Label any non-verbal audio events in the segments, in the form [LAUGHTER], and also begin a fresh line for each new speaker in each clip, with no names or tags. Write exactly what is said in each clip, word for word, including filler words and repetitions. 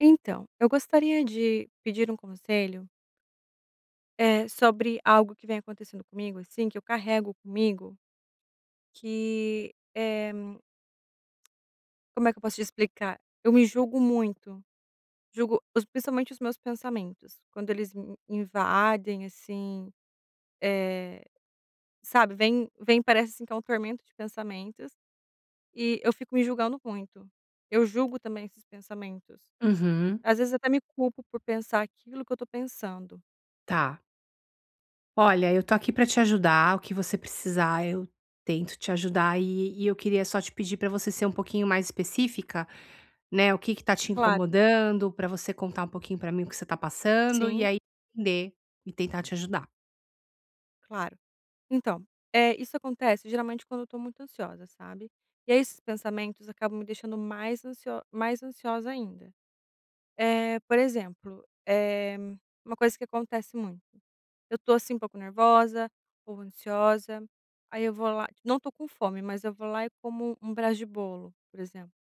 Então, eu gostaria de pedir um conselho, eh, sobre algo que vem acontecendo comigo, assim, que eu carrego comigo, que, eh, como é que eu posso te explicar? Eu me julgo muito, julgo os principalmente os meus pensamentos, quando eles me invadem, assim, eh, sabe, vem vem parece, assim, que é um tormento de pensamentos, e eu fico me julgando muito. Eu julgo também esses pensamentos.
Uhum,
Às vezes até me culpo por pensar aquilo que eu tô pensando.
tá. Olha, eu tô aqui pra te ajudar, o que você precisar, eu tento te ajudar e, e eu queria só te pedir pra você ser um pouquinho mais específica, né? O que que tá te
Claro.
incomodando, pra você contar um pouquinho pra mim o que você tá passando e
Sim,
aí entender e tentar te ajudar.
claro. Então, é isso acontece geralmente quando eu tô muito ansiosa, sabe. E aí esses pensamentos acabam me deixando mais ansio mais ansiosa ainda. É, por exemplo, é uma coisa que acontece muito, eu tô, assim, um pouco nervosa ou ansiosa, aí eu vou lá, não tô com fome, mas eu vou lá e como um pedaço de bolo, por exemplo.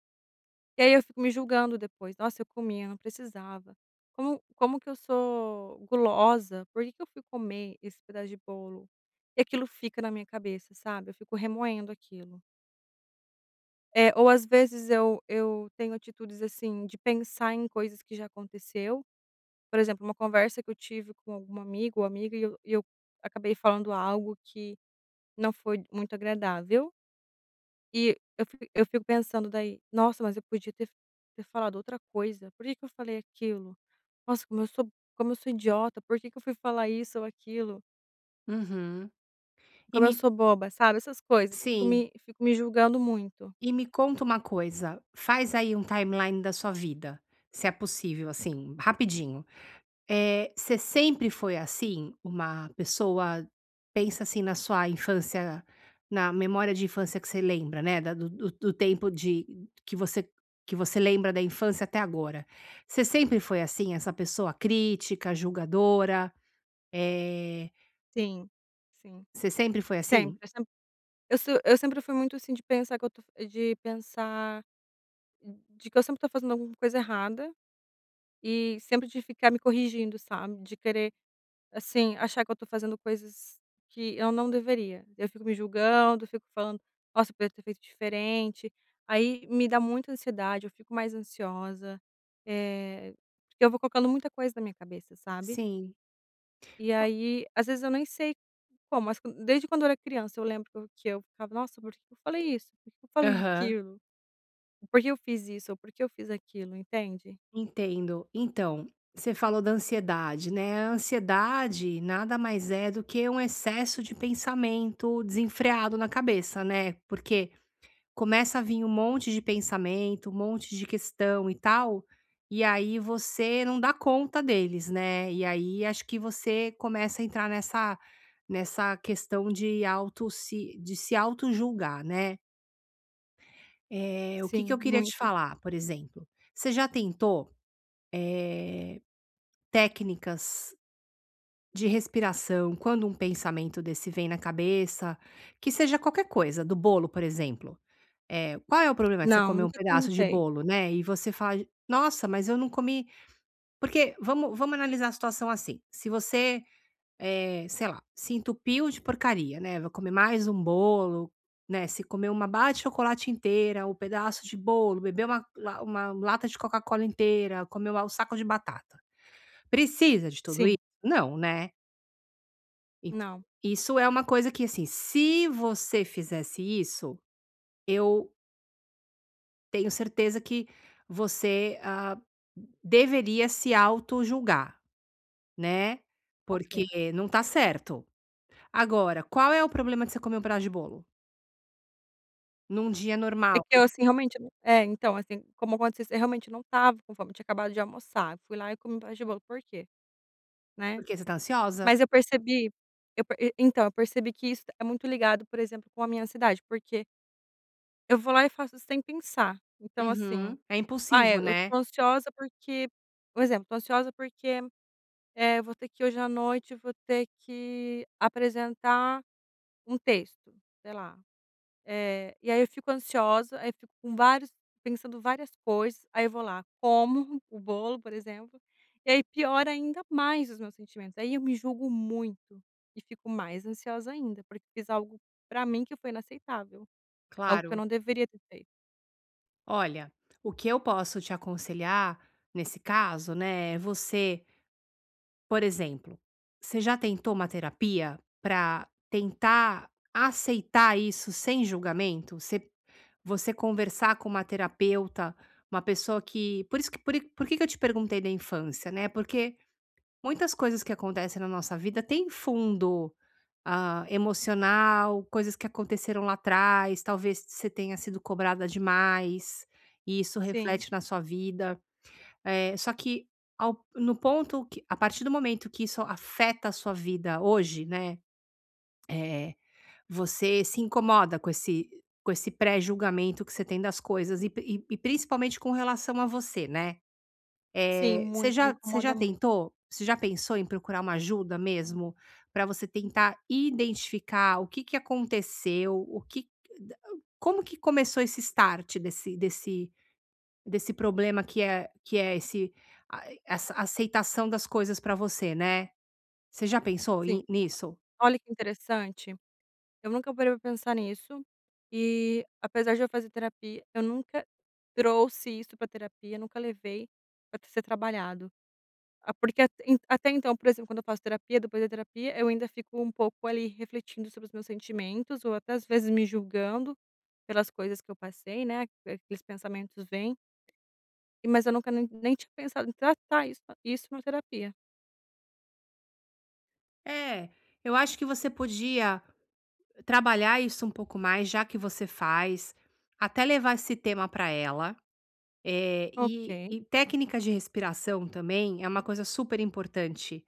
E aí eu fico me julgando depois: "Nossa, eu comi, eu não precisava. Como como que eu sou gulosa? Por que que eu fui comer esse pedaço de bolo?". E aquilo fica na minha cabeça, sabe, eu fico remoendo aquilo. É, ou às vezes eu eu tenho atitudes, assim, de pensar em coisas que já aconteceu. Por exemplo, uma conversa que eu tive com algum amigo ou amiga e eu e eu acabei falando algo que não foi muito agradável. E eu fi eu fico pensando daí: "Nossa, mas eu podia ter ter falado outra coisa. Por que que eu falei aquilo? Nossa, como eu sou Como eu sou idiota. Por que que eu fui falar isso ou aquilo?
Uhum. E
Como eu
me,
sou boba", sabe, essas coisas. Fico
sim,
me fico me julgando muito.
e me conta uma coisa, faz aí um timeline da sua vida, se é possível, assim, rapidinho. Eh, você sempre foi assim? Uma pessoa pensa, assim, na sua infância, na memória de infância que você lembra, né, da do do do tempo de que você que você lembra da infância até agora. Você sempre foi assim, essa pessoa crítica, julgadora? Eh,
Sim. Sim,
Você sempre foi assim?
sempre. Eu sem Eu sou, eu sempre fui muito, assim, de pensar que eu tô de pensar de que eu sempre tô fazendo alguma coisa errada e sempre de ficar me corrigindo, sabe, de querer assim, achar que eu tô fazendo coisas que eu não deveria. Eu fico me julgando, fico falando: "Nossa, eu podia ter feito diferente". Aí me dá muita ansiedade, eu fico mais ansiosa, eh, porque eu vou colocando muita coisa na minha cabeça, sabe.
Sim.
E
O
aí, às vezes eu nem sei como, mas quan desde quando eu era criança eu lembro que eu que eu ficava: "Nossa, por que eu falei isso? Por que eu falei [LAUGHS]
aham.
aquilo? Por que eu fiz isso? Ou por que eu fiz aquilo?", entende?
Entendo. Então, você falou da ansiedade, né? A ansiedade nada mais é do que um excesso de pensamento desenfreado na cabeça, né? Porque começa a vir um monte de pensamento, um monte de questão e tal, e aí você não dá conta deles, né? E aí acho que você começa a entrar nessa nessa questão de auto se, de se auto-julgar, né? Eh, o que que
Sim,
eu queria te
muito.
falar, por exemplo? Você já tentou? eh, Técnicas de respiração quando um pensamento desse vem na cabeça, que seja qualquer coisa, do bolo, por exemplo. Eh, qual é o problema de você
Não,
comer um
nunca
pedaço de
tentei.
bolo, né, e você fala: "Nossa, mas eu não comi", porque vamos vamos analisar a situação assim, se você eh, sei lá, se entupiu de porcaria, né, vai comer mais um bolo, né, se comer uma barra de chocolate inteira, um pedaço de bolo, beber uma la uma lata de Coca-Cola inteira, comer um saco de batata. Precisa de tudo isso?
Sim,
Não, né. E
não.
isso é uma coisa que, assim, se você fizesse isso, eu tenho certeza que você, ah, deveria se auto julgar, né, porque
Ok.
não tá certo. Agora, qual é o problema de você comer um pedaço de bolo? Num dia
É
normal,
que
que
eu, assim, realmente não é, então, assim, como aconteceu isso, eu realmente não tava com fome, eu tinha acabado de almoçar. Fui lá e comi um pedaço de bolo, por quê, né?
porque você tá ansiosa?
Mas eu percebi eu per E então, eu percebi que isso é muito ligado, por exemplo, com a minha ansiedade, porque eu vou lá e faço sem pensar. Então, assim,
Uhum. É
ah, é,
impulsivo,
eu
né?
tô ansiosa porque um exemplo, tô ansiosa porque, eh, vou ter que hoje à noite, vou ter que apresentar um texto, sei lá. Eh, e aí eu fico ansiosa, aí eu fico com vários pensando várias coisas, aí eu vou lá, como o bolo, por exemplo, e aí piora ainda mais os meus sentimentos. Aí eu me julgo muito e fico mais ansiosa ainda, porque fiz algo pra mim que foi inaceitável, algo que eu
Claro.
não deveria ter feito.
Olha, o que eu posso te aconselhar nesse caso, né, é você, por exemplo, você já tentou uma terapia para tentar aceitar isso sem julgamento? Você você conversar com uma terapeuta, uma pessoa que por isso que por i por que que eu te perguntei da infância, né, porque muitas coisas que acontecem na nossa vida têm fundo, ah, emocional, coisas que aconteceram lá atrás, talvez você tenha sido cobrada demais, e isso
Sim,
reflete na sua vida. Eh, só que ao no ponto que a partir do momento que isso afeta a sua vida hoje, né, eh, você se incomoda com esse com esse pré-julgamento que você tem das coisas e pri e e principalmente com relação a você, né.
sim,
Eh, você
muito, me
já você já
incomoda muito.
tentou? Você já pensou em procurar uma ajuda mesmo, para você tentar identificar o que que aconteceu, o que da como que começou esse start desse desse desse problema que é que é esse a essa aceitação das coisas para você, né. Você já pensou
Sim.
em nisso?
Olha que interessante, eu nunca parei pra pensar nisso e, apesar de eu fazer terapia, eu nunca trouxe isso pra terapia, nunca levei pra ser trabalhado. Ah, porque at en até então, por exemplo, quando eu faço terapia, depois da terapia, eu ainda fico um pouco ali refletindo sobre os meus sentimentos ou até às vezes me julgando pelas coisas que eu passei, né, aqueles pensamentos vêm, e mas eu nunca nem nem tinha pensado em tratar isso isso na terapia.
É, eu acho que você podia trabalhar isso um pouco mais, já que você faz, até levar esse tema para ela. Eh, e
Ok.
e técnicas de respiração também é uma coisa super importante,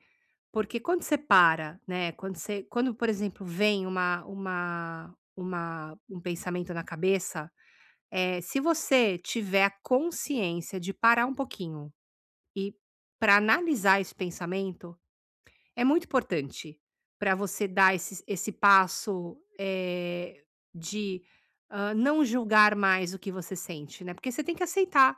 porque quando você para, né, quando você quando, por exemplo, vem uma uma uma um pensamento na cabeça, eh, se você tiver a consciência de parar um pouquinho e para analisar esse pensamento, é muito importante para você dar esse esse passo, eh, de, hã, não julgar mais o que você sente, né, porque você tem que aceitar,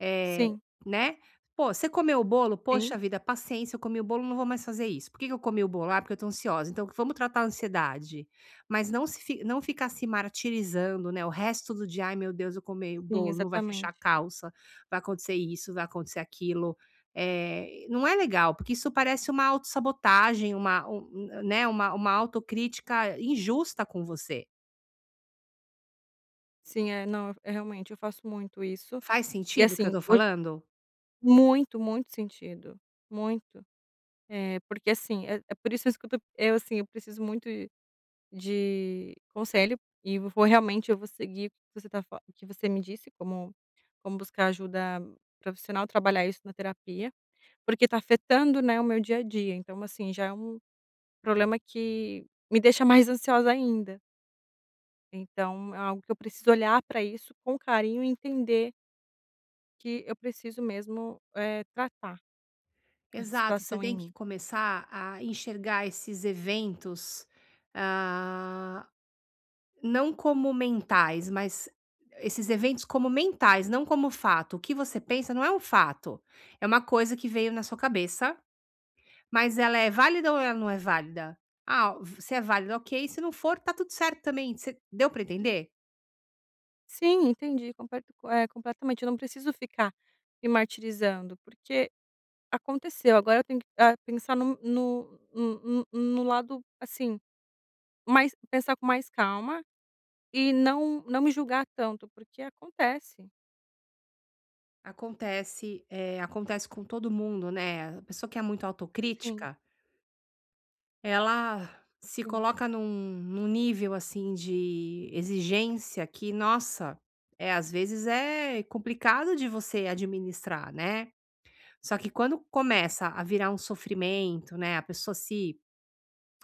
eh,
Sim,
né. "Pô, você comeu o bolo?
sim,
Poxa vida, paciência, eu comi o bolo, não vou mais fazer isso. Por que que eu comi o bolo? Ah, porque eu tô ansiosa. Então vamos tratar a ansiedade". Mas não se fi não ficar se martirizando, né, o resto do dia: "Ai meu Deus, eu comi o
sim,
bolo, não vai fechar a
exatamente.
calça, vai acontecer isso, vai acontecer aquilo". é não é legal, porque isso parece uma autossabotagem, uma um, né, uma uma autocrítica injusta com você.
Sim, é, não, é realmente, eu faço muito isso.
Faz
E
sentido o que eu
assim,
tô
hoje
falando?
muito, muito sentido, muito. Eh, porque assim, é é por isso mesmo que eu tô eu assim, eu preciso muito de conselho e vou realmente, eu vou seguir o que você tá fa o que você me disse, como como buscar ajuda profissional, trabalhar isso na terapia, porque tá afetando, né, o meu dia a dia. Então, assim, já é um problema que me deixa mais ansiosa ainda. Então é algo que eu preciso olhar para isso com carinho e entender que eu preciso mesmo, eh, tratar essa
Exato, você
situação em
tem que
mim.
começar a enxergar esses eventos, ah, não como mentais, mas esses eventos como mentais, não como fato. O que você pensa não é um fato, é uma coisa que veio na sua cabeça, mas ela é válida ou ela não é válida? Ah, v- se é válida, ok, se não for, tá tudo certo também. Você deu para entender?
Sim, entendi, comparto, eh, completamente. Eu não preciso ficar me martirizando, porque aconteceu, agora eu tenho que, ah, pensar no no no no no lado, assim, mais pensar com mais calma e não não me julgar tanto, porque acontece.
Acontece, eh, acontece com todo mundo, né? A pessoa que é muito
Sim,
autocrítica, ela se
sim,
coloca num num nível, assim, de exigência que, nossa, é às vezes é complicado de você administrar, né. Só que quando começa a virar um sofrimento, né, a pessoa se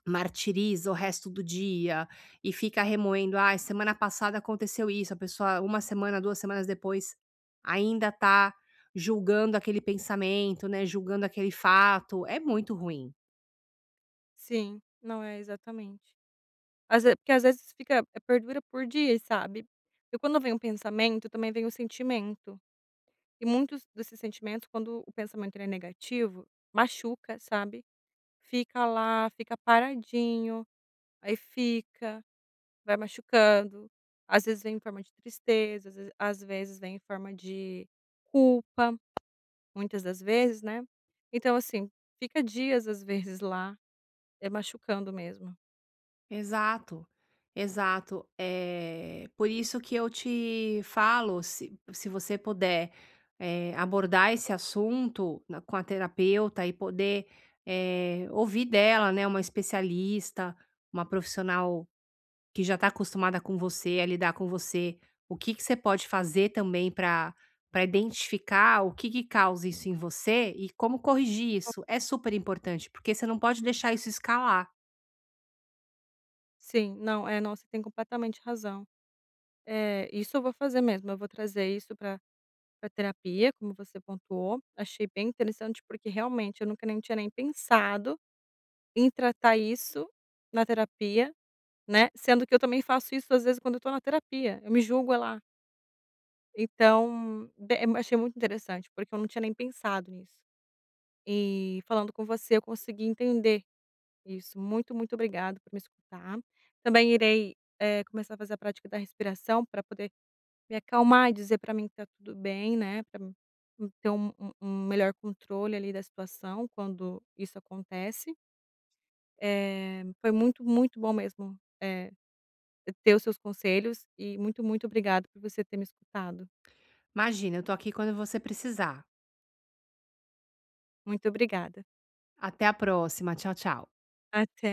martiriza o resto do dia e fica remoendo: "ah, semana passada aconteceu isso", a pessoa uma semana, duas semanas depois ainda tá julgando aquele pensamento, né, julgando aquele fato, é muito ruim.
sim. Não, é, exatamente. Às ve Porque às vezes fica, é, perdura por dias, sabe. E quando vem um pensamento, também vem o sentimento. E muitos desses sentimentos, quando o pensamento ele é negativo, machuca, sabe. Fica lá, fica paradinho, aí fica, vai machucando, às vezes vem em forma de tristeza, às vezes às vezes vem em forma de culpa, muitas das vezes, né. Então assim, fica dias às vezes lá, é machucando mesmo.
Exato, exato. É por isso que eu te falo, se se você puder, eh, abordar esse assunto na com a terapeuta e poder, eh, ouvir dela, né, uma especialista, uma profissional que já está acostumada com você, a lidar com você, o que que você pode fazer também para para identificar o que que causa isso em você e como corrigir isso. É super importante, porque você não pode deixar isso escalar.
Sim, não, é, não, você tem completamente razão. Eh, isso eu vou fazer mesmo, eu vou trazer isso para a terapia, como você pontuou, achei bem interessante, porque realmente eu nunca nem tinha nem pensado em tratar isso na terapia, né, sendo que eu também faço isso às vezes quando eu estou na terapia, eu me julgo lá. Então, de eu achei muito interessante, porque eu não tinha nem pensado nisso. E falando com você, eu consegui entender isso. Muito, muito obrigado por me escutar. Também irei, eh, começar a fazer a prática da respiração para poder me acalmar e dizer para mim que está tudo bem, né, para ter um um um melhor controle ali da situação quando isso acontece. Eh, foi muito, muito bom mesmo, eh, ter os seus conselhos e muito, muito obrigado por você ter me escutado.
Imagina, eu tô aqui quando você precisar.
Muito obrigada.
Até a próxima. Tchau, tchau.
Até.